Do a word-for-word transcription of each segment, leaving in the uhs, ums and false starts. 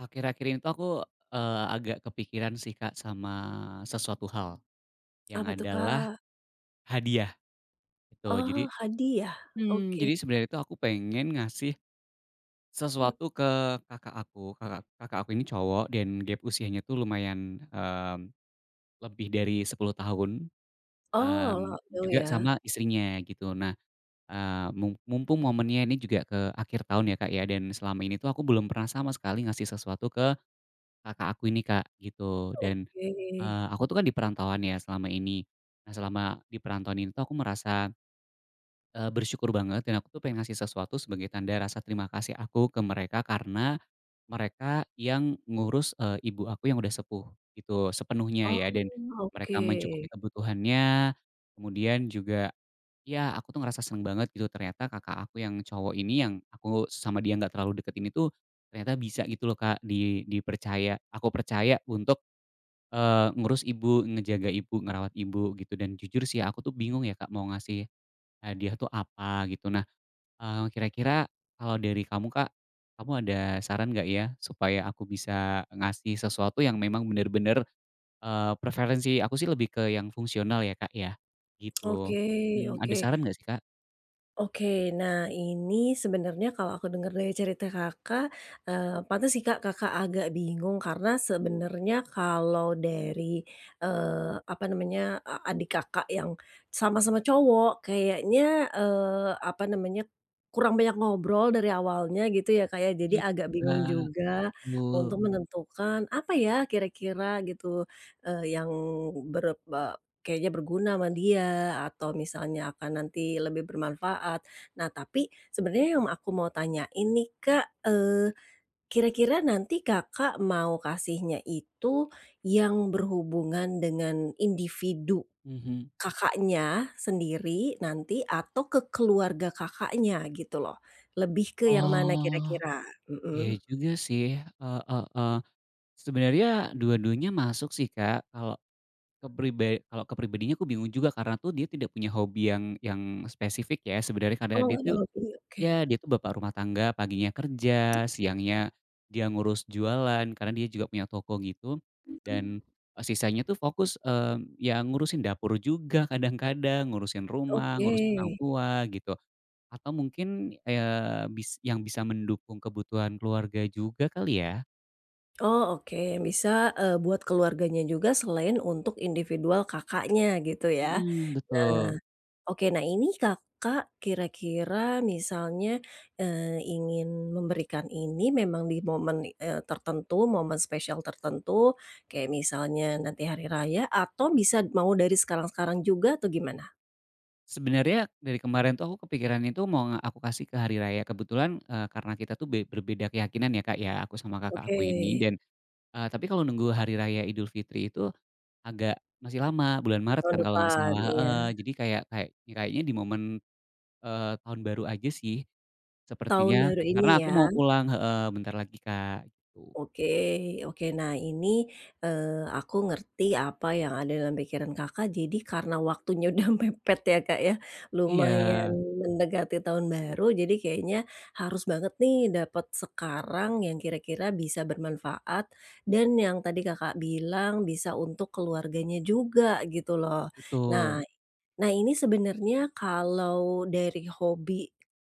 Akhir-akhir ini tuh aku, eee, agak kepikiran sih Kak sama sesuatu hal, yang Apa tuh, adalah Kak? hadiah gitu. Oh, Jadi hadiah? Mmm. mhm, Oke. jadi sebenarnya itu aku pengen ngasih mmm, sesuatu ke kakak aku. Kakak kakak aku ini cowok dan gap usianya tuh lumayan, mmm, lebih dari sepuluh tahun, oh, mmm, lauk pauk juga ya? sama istrinya gitu. Nah, eee, mum mumpung momennya ini juga ke akhir tahun ya Kak ya, dan selama ini tuh aku belum pernah sama sekali ngasih sesuatu ke kakak aku ini Kak gitu, dan Eee, Oke. aku tuh kan di perantauan ya selama ini. Nah, selama di perantauan ini tuh aku merasa, eee, bersyukur banget dan aku tuh pengen ngasih sesuatu sebagai tanda rasa terima kasih aku ke mereka, karena mereka yang ngurus, eee, ibu aku yang udah sepuh gitu sepenuhnya Oh, ya, dan mereka oke. mencukupi kebutuhannya, kemudian juga ya aku tuh ngerasa seneng banget gitu ternyata kakak aku yang cowok ini, yang aku sama dia nggak terlalu deket ini tuh ternyata bisa gitu loh Kak, di dipercaya, aku percaya untuk Eee, ngurus ibu, ngejaga ibu, ngerawat ibu gitu. Dan jujur sih ya, aku tuh bingung ya Kak mau ngasih hadiah tuh apa gitu. Nah, eee, kira-kira kalau dari kamu Kak, kamu ada saran nggak ya supaya aku bisa ngasih sesuatu yang memang bener-bener, eee, preferensi aku sih lebih ke yang fungsional ya Kak ya, gitu. Oke Mhm, ada oke. saran nggak sih Kak? Oke, nah ini sebenarnya kalau aku dengar dari cerita Kakak, eee, pantes sih Kak, Kakak agak bingung karena sebenarnya kalau dari, eee, apa namanya, a adik Kakak yang sama-sama cowok kayaknya, eee, apa namanya, kurang banyak ngobrol dari awalnya gitu ya kayak jadi Iya, agak bingung juga betul. untuk menentukan apa ya kira-kira gitu, eee, yang ber eh, Kayaknya berguna sama dia atau misalnya akan nanti lebih bermanfaat. Nah, tapi sebenarnya yang aku mau tanya ini Kak, eee, kira-kira nanti Kakak mau kasihnya itu yang berhubungan dengan individu Mhm. Kakaknya sendiri nanti atau ke keluarga Kakaknya gitu loh? Lebih ke yang mana Oh, kira-kira? ya Mhm. juga sih, heeh heeh. Sebenarnya dua-duanya masuk sih Kak. Kalau Kepribe kalau kepribadiannya aku bingung juga, karena tuh dia tidak punya hobi yang yang spesifik ya sebenarnya, Oh, karena dia nggak ada tuh hobi, oke. ya dia tuh bapak rumah tangga, paginya kerja, siangnya dia ngurus jualan karena dia juga punya toko gitu, dan eee, sisanya tuh fokus, mmm, ya ngurusin dapur juga kadang-kadang, ngurusin rumah, Oke. ngurusin orang tua gitu, atau mungkin, eee, bis yang bisa mendukung kebutuhan keluarga juga kali ya? Oh oke, bisa, eee, buat keluarganya juga selain untuk individual Kakaknya gitu ya. Mhm, betul. Oke, nah ini Kakak kira-kira misalnya, eee, ingin memberikan ini memang di momen, eee, tertentu, momen spesial tertentu, kayak misalnya nanti hari raya atau bisa mau dari sekarang-sekarang juga atau gimana? Sebenarnya dari kemarin tuh aku kepikiran itu mau nge aku kasih ke hari raya. Kebetulan, eee, karena kita tuh be berbeda keyakinan ya Kak ya, aku sama kakak aku Oke, ini, dan eee, tapi kalau nunggu hari raya Idul Fitri itu agak masih lama, bulan Maret tahun kan kalau nggak depan, salah, ya. heeh. Jadi kayak kayak ya kayaknya di momen, eee, tahun baru aja sih Tahun sepertinya, baru karena ini aku ya? mau pulang, heeh, bentar lagi Kak, gitu. Oke oke. Nah ini, eee, aku ngerti apa yang ada dalam pikiran Kakak, jadi karena waktunya udah mepet ya, Kak, ya, Iya, lumayan mendekati tahun baru, jadi kayaknya harus banget nih dapat sekarang yang kira-kira bisa bermanfaat dan yang tadi Kakak bilang bisa untuk keluarganya juga gitu loh. Nah betul. Nah ini sebenarnya kalau dari hobi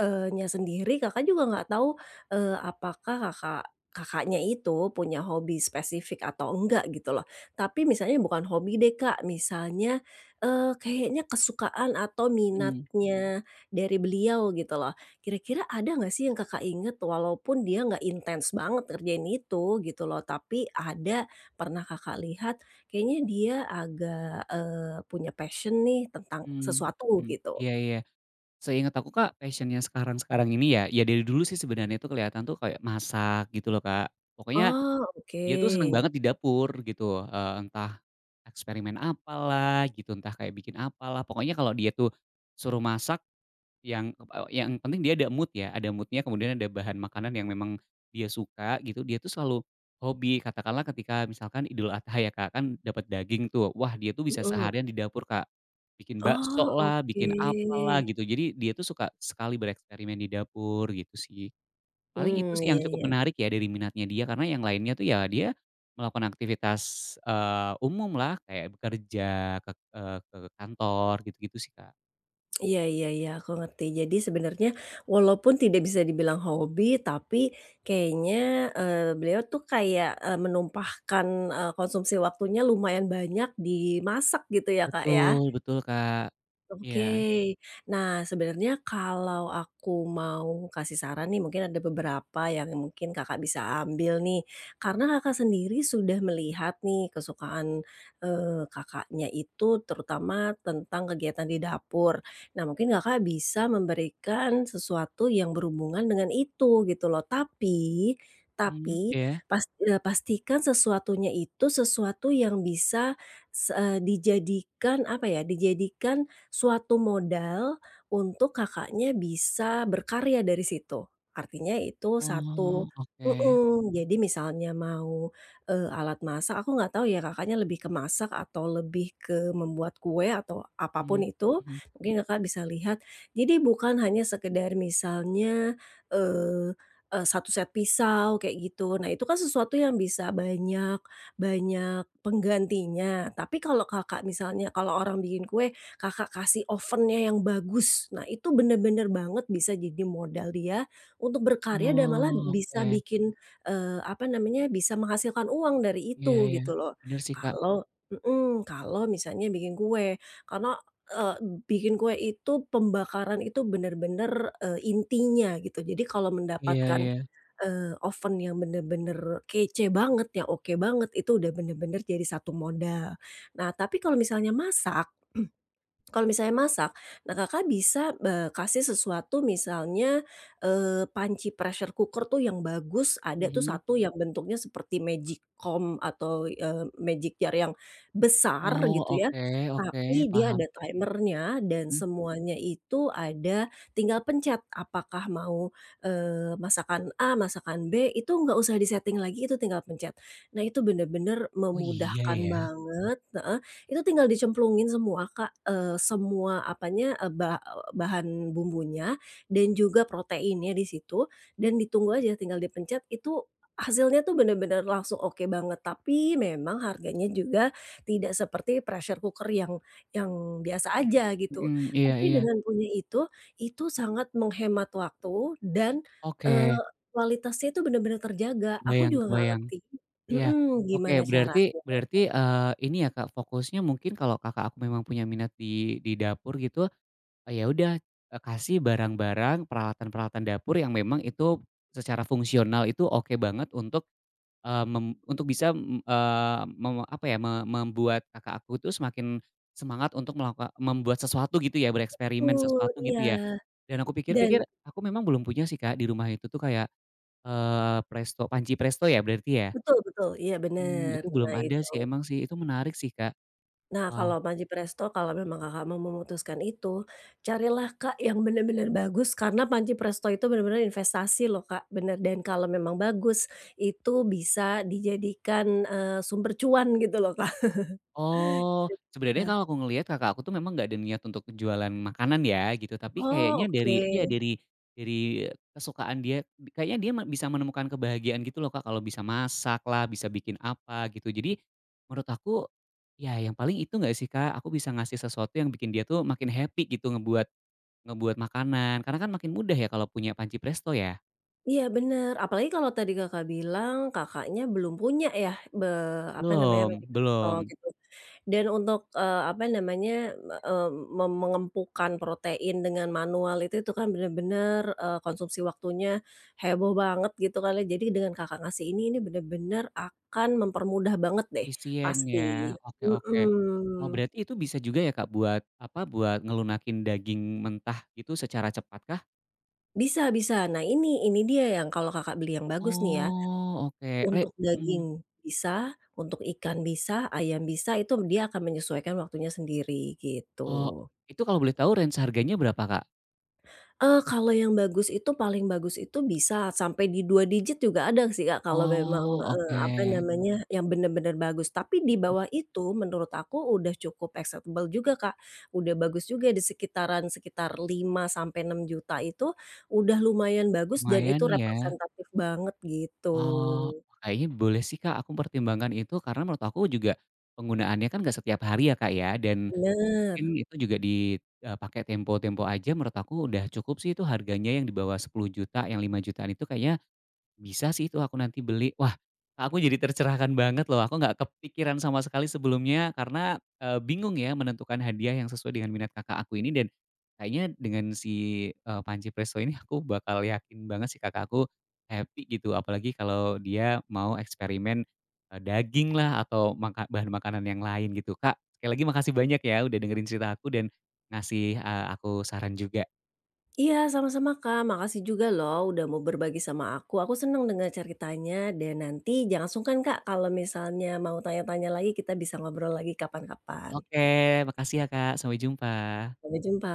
eee, nya sendiri Kakak juga nggak tahu, eee, apakah Kakak Kakaknya itu punya hobi spesifik atau enggak gitu loh. Tapi misalnya bukan hobi deh Kak, misalnya, eee, kayaknya kesukaan atau Mhm, minatnya dari beliau gitu loh. Kira-kira ada nggak sih yang Kakak inget walaupun dia nggak intens banget ngerjain itu gitu loh, tapi ada pernah Kakak lihat kayaknya dia agak, eee, punya passion nih tentang mhm, sesuatu mhm. gitu. Iya, iya. Seingat aku Kak, passion-nya sekarang-sekarang ini ya, ya dari dulu sih sebenarnya itu kelihatan tuh kayak masak gitu loh Kak. Pokoknya Oh, oke. dia tuh seneng banget di dapur gitu, eee, entah eksperimen apalah gitu, entah kayak bikin apalah. Pokoknya kalau dia tuh suruh masak yang eee, yang penting dia ada mood ya, ada mood-nya, kemudian ada bahan makanan yang memang dia suka gitu, dia tuh selalu hobi. Katakanlah ketika misalkan Idul Adha ya Kak, kan dapat daging tuh, wah dia tuh bisa Mhm. seharian di dapur, Kak. Bikin Oh, baksolah, oke. bikin apalah gitu. Jadi dia tuh suka sekali bereksperimen di dapur gitu sih. Paling itu Hmm sih yang iya cukup iya. menarik ya dari minatnya dia, karena yang lainnya tuh ya dia melakukan aktivitas, eee, umumlah kayak bekerja, ke eee, ke kantor gitu-gitu sih Kak. Iya iya iya, aku ngerti. Jadi sebenarnya walaupun tidak bisa dibilang hobi, tapi kayaknya, eee, beliau tuh kayak, eee, menumpahkan, eee, konsumsi waktunya lumayan banyak di masak gitu ya, Kak, Betul, ya? betul Kak. Iya. Oke. Nah, sebenarnya kalau aku mau kasih saran nih, mungkin ada beberapa yang mungkin Kakak bisa ambil nih. Karena Kakak sendiri sudah melihat nih kesukaan, eee, Kakaknya itu terutama tentang kegiatan di dapur. Nah, mungkin Kakak bisa memberikan sesuatu yang berhubungan dengan itu, gitu loh. Tapi Mmm, tapi iya? pas eee, pastikan sesuatunya itu sesuatu yang bisa se eee, dijadikan, apa ya, dijadikan suatu modal untuk Kakaknya bisa berkarya dari situ. Artinya itu satu Oh, oke, mhm, jadi misalnya mau, eee, alat masak, aku nggak tahu ya Kakaknya lebih ke masak atau lebih ke membuat kue atau apapun mhm, itu, mhm. mungkin Kakak bisa lihat. Jadi bukan hanya sekedar misalnya, eee eee, satu set pisau kayak gitu. Nah itu kan sesuatu yang bisa banyak banyak penggantinya. Tapi kalau Kakak misalnya kalau orang bikin kue, Kakak kasih ovennya yang bagus. Nah, itu bener-bener banget bisa jadi modal dia untuk berkarya dan malah, mhm, Oh, bisa oke. bikin, eee, apa namanya, bisa menghasilkan uang dari Iya, itu iya. gitu loh. Bener sih Kak. Kalau mhm, kalau misalnya bikin kue, karena, eee, bikin kue itu pembakaran itu bener-bener, eee, intinya gitu. Jadi kalau Iya, mendapatkan, iya. eee, oven yang bener-bener kece banget, yang oke banget, itu udah bener-bener jadi satu modal. Nah, tapi kalau misalnya masak kalau misalnya masak, nah Kakak bisa, eee, kasih sesuatu misalnya, eee, panci pressure cooker tuh yang bagus, ada tuh Mhm. satu yang bentuknya seperti magic comb atau, eee, magic jar yang besar Oh, gitu ya, oke oke, tapi dia paham. ada timernya dan Mhm. semuanya itu ada tinggal pencet apakah mau, eee, masakan A, masakan B, itu nggak usah di-setting lagi, itu tinggal pencet. Nah itu bener-bener Oh, iya memudahkan ya? banget heeh, itu tinggal dicemplungin semua Kak, eee, semua apanya, eee, ba bahan bumbunya dan juga proteinnya di situ dan ditunggu aja tinggal dipencet itu hasilnya tuh bener-bener langsung oke banget. Tapi memang harganya juga tidak seperti pressure cooker yang yang biasa aja gitu. Mhm, iya Tapi iya. dengan punya itu, itu sangat menghemat waktu dan, Oke, eee, kualitasnya itu bener-bener terjaga. Aku kebayang, juga nggak kebayang. ngerti Iya. mhm, Oke, gimana berarti, caranya. berarti, eee, ini ya Kak, fokusnya mungkin kalau kakak aku memang punya minat di di dapur gitu. Eee, ya udah, eee, kasih barang-barang, peralatan-peralatan dapur yang memang itu secara fungsional itu oke banget untuk, eee, mem untuk bisa, m eee, mem apa ya, me membuat kakak aku tuh semakin semangat untuk melakuka membuat sesuatu gitu ya, bereksperimen Betul, sesuatu iya. gitu ya. Dan aku pikir-pikir, Dan aku memang belum punya sih Kak, di rumah itu tuh kayak, eee, presto panci presto ya berarti ya? betul betul, iya Mmm, bener, itu belum nah ada itu. sih, emang sih, itu menarik sih Kak. Nah Wah. kalau Panci Presto kalau memang Kakak mau memutuskan itu, carilah Kak yang bener-bener bagus karena Panci Presto itu bener-bener investasi loh Kak, bener dan kalau memang bagus, itu bisa dijadikan, eee, sumber cuan gitu loh Kak. Oh, sebenarnya Heeh. kalau aku ngelihat kakak aku tuh memang nggak ada niat untuk jualan makanan ya gitu, tapi Oh kayaknya oke, dari ya dari dari kesukaan dia, kayaknya dia me bisa menemukan kebahagiaan gitu loh Kak, kalau bisa masak lah, bisa bikin apa gitu. Jadi menurut aku, ya yang paling itu nggak sih Kak, aku bisa ngasih sesuatu yang bikin dia tuh makin happy gitu, ngebuat ngebuat makanan, karena kan makin mudah ya kalau punya panci presto ya? iya bener, apalagi kalau tadi Kakak bilang Kakaknya belum punya ya, be apa namanya, Panci Belum, Presto belum. gitu. Dan untuk, eee, apa namanya, eee, mem mengempukan protein dengan manual itu itu kan bener-bener, eee, konsumsi waktunya heboh banget gitu kali. Jadi dengan Kakak ngasih ini, ini bener-bener akan mempermudah banget deh, Efisien pasti. ya, oke oke. Wah, Mhm. berarti itu bisa juga ya Kak buat, apa, buat ngelunakin daging mentah gitu secara cepat kah? Bisa bisa. Nah ini ini dia yang kalau Kakak beli yang bagus nih ya, Oh oke, re untuk mhm, daging bisa, untuk ikan bisa, ayam bisa, itu dia akan menyesuaikan waktunya sendiri, oh, gitu. itu kalau boleh tahu range harganya berapa Kak? Eee, kalau yang bagus itu paling bagus itu bisa sampai di dua digit juga ada sih, Kak, kalau memang, Oh eee, oke, apa namanya, yang bener-bener bagus. Tapi di bawah itu menurut aku udah cukup acceptable juga, Kak, udah bagus juga di sekitaran sekitar lima sampai enam juta itu udah lumayan bagus dan lumayan itu ya. representatif banget Oh, gitu. kayaknya boleh sih Kak aku pertimbangkan itu, karena menurut aku juga penggunaannya kan nggak setiap hari ya Kak ya, dan mungkin Bener. itu juga di, eee, pakai tempo-tempo aja. Menurut aku udah cukup sih itu, harganya yang di bawah sepuluh juta, yang lima jutaan itu kayaknya bisa sih, itu aku nanti beli. Wah, aku jadi tercerahkan banget loh, aku nggak kepikiran sama sekali sebelumnya karena, eee, bingung ya menentukan hadiah yang sesuai dengan minat kakak aku ini. Dan kayaknya dengan si, eee, panci presto ini aku bakal yakin banget si kakak aku happy gitu, apalagi kalau dia mau eksperimen, eee, daging lah atau maka bahan makanan yang lain gitu. Kak, sekali lagi makasih banyak ya udah dengerin cerita aku dan ngasih, eee, aku saran juga. Iya, sama-sama Kak. Makasih juga loh udah mau berbagi sama aku. Aku seneng dengar ceritanya dan nanti jangan sungkan Kak kalau misalnya mau tanya-tanya lagi kita bisa ngobrol lagi kapan-kapan. Oke, makasih ya Kak, sampai jumpa. Sampai jumpa.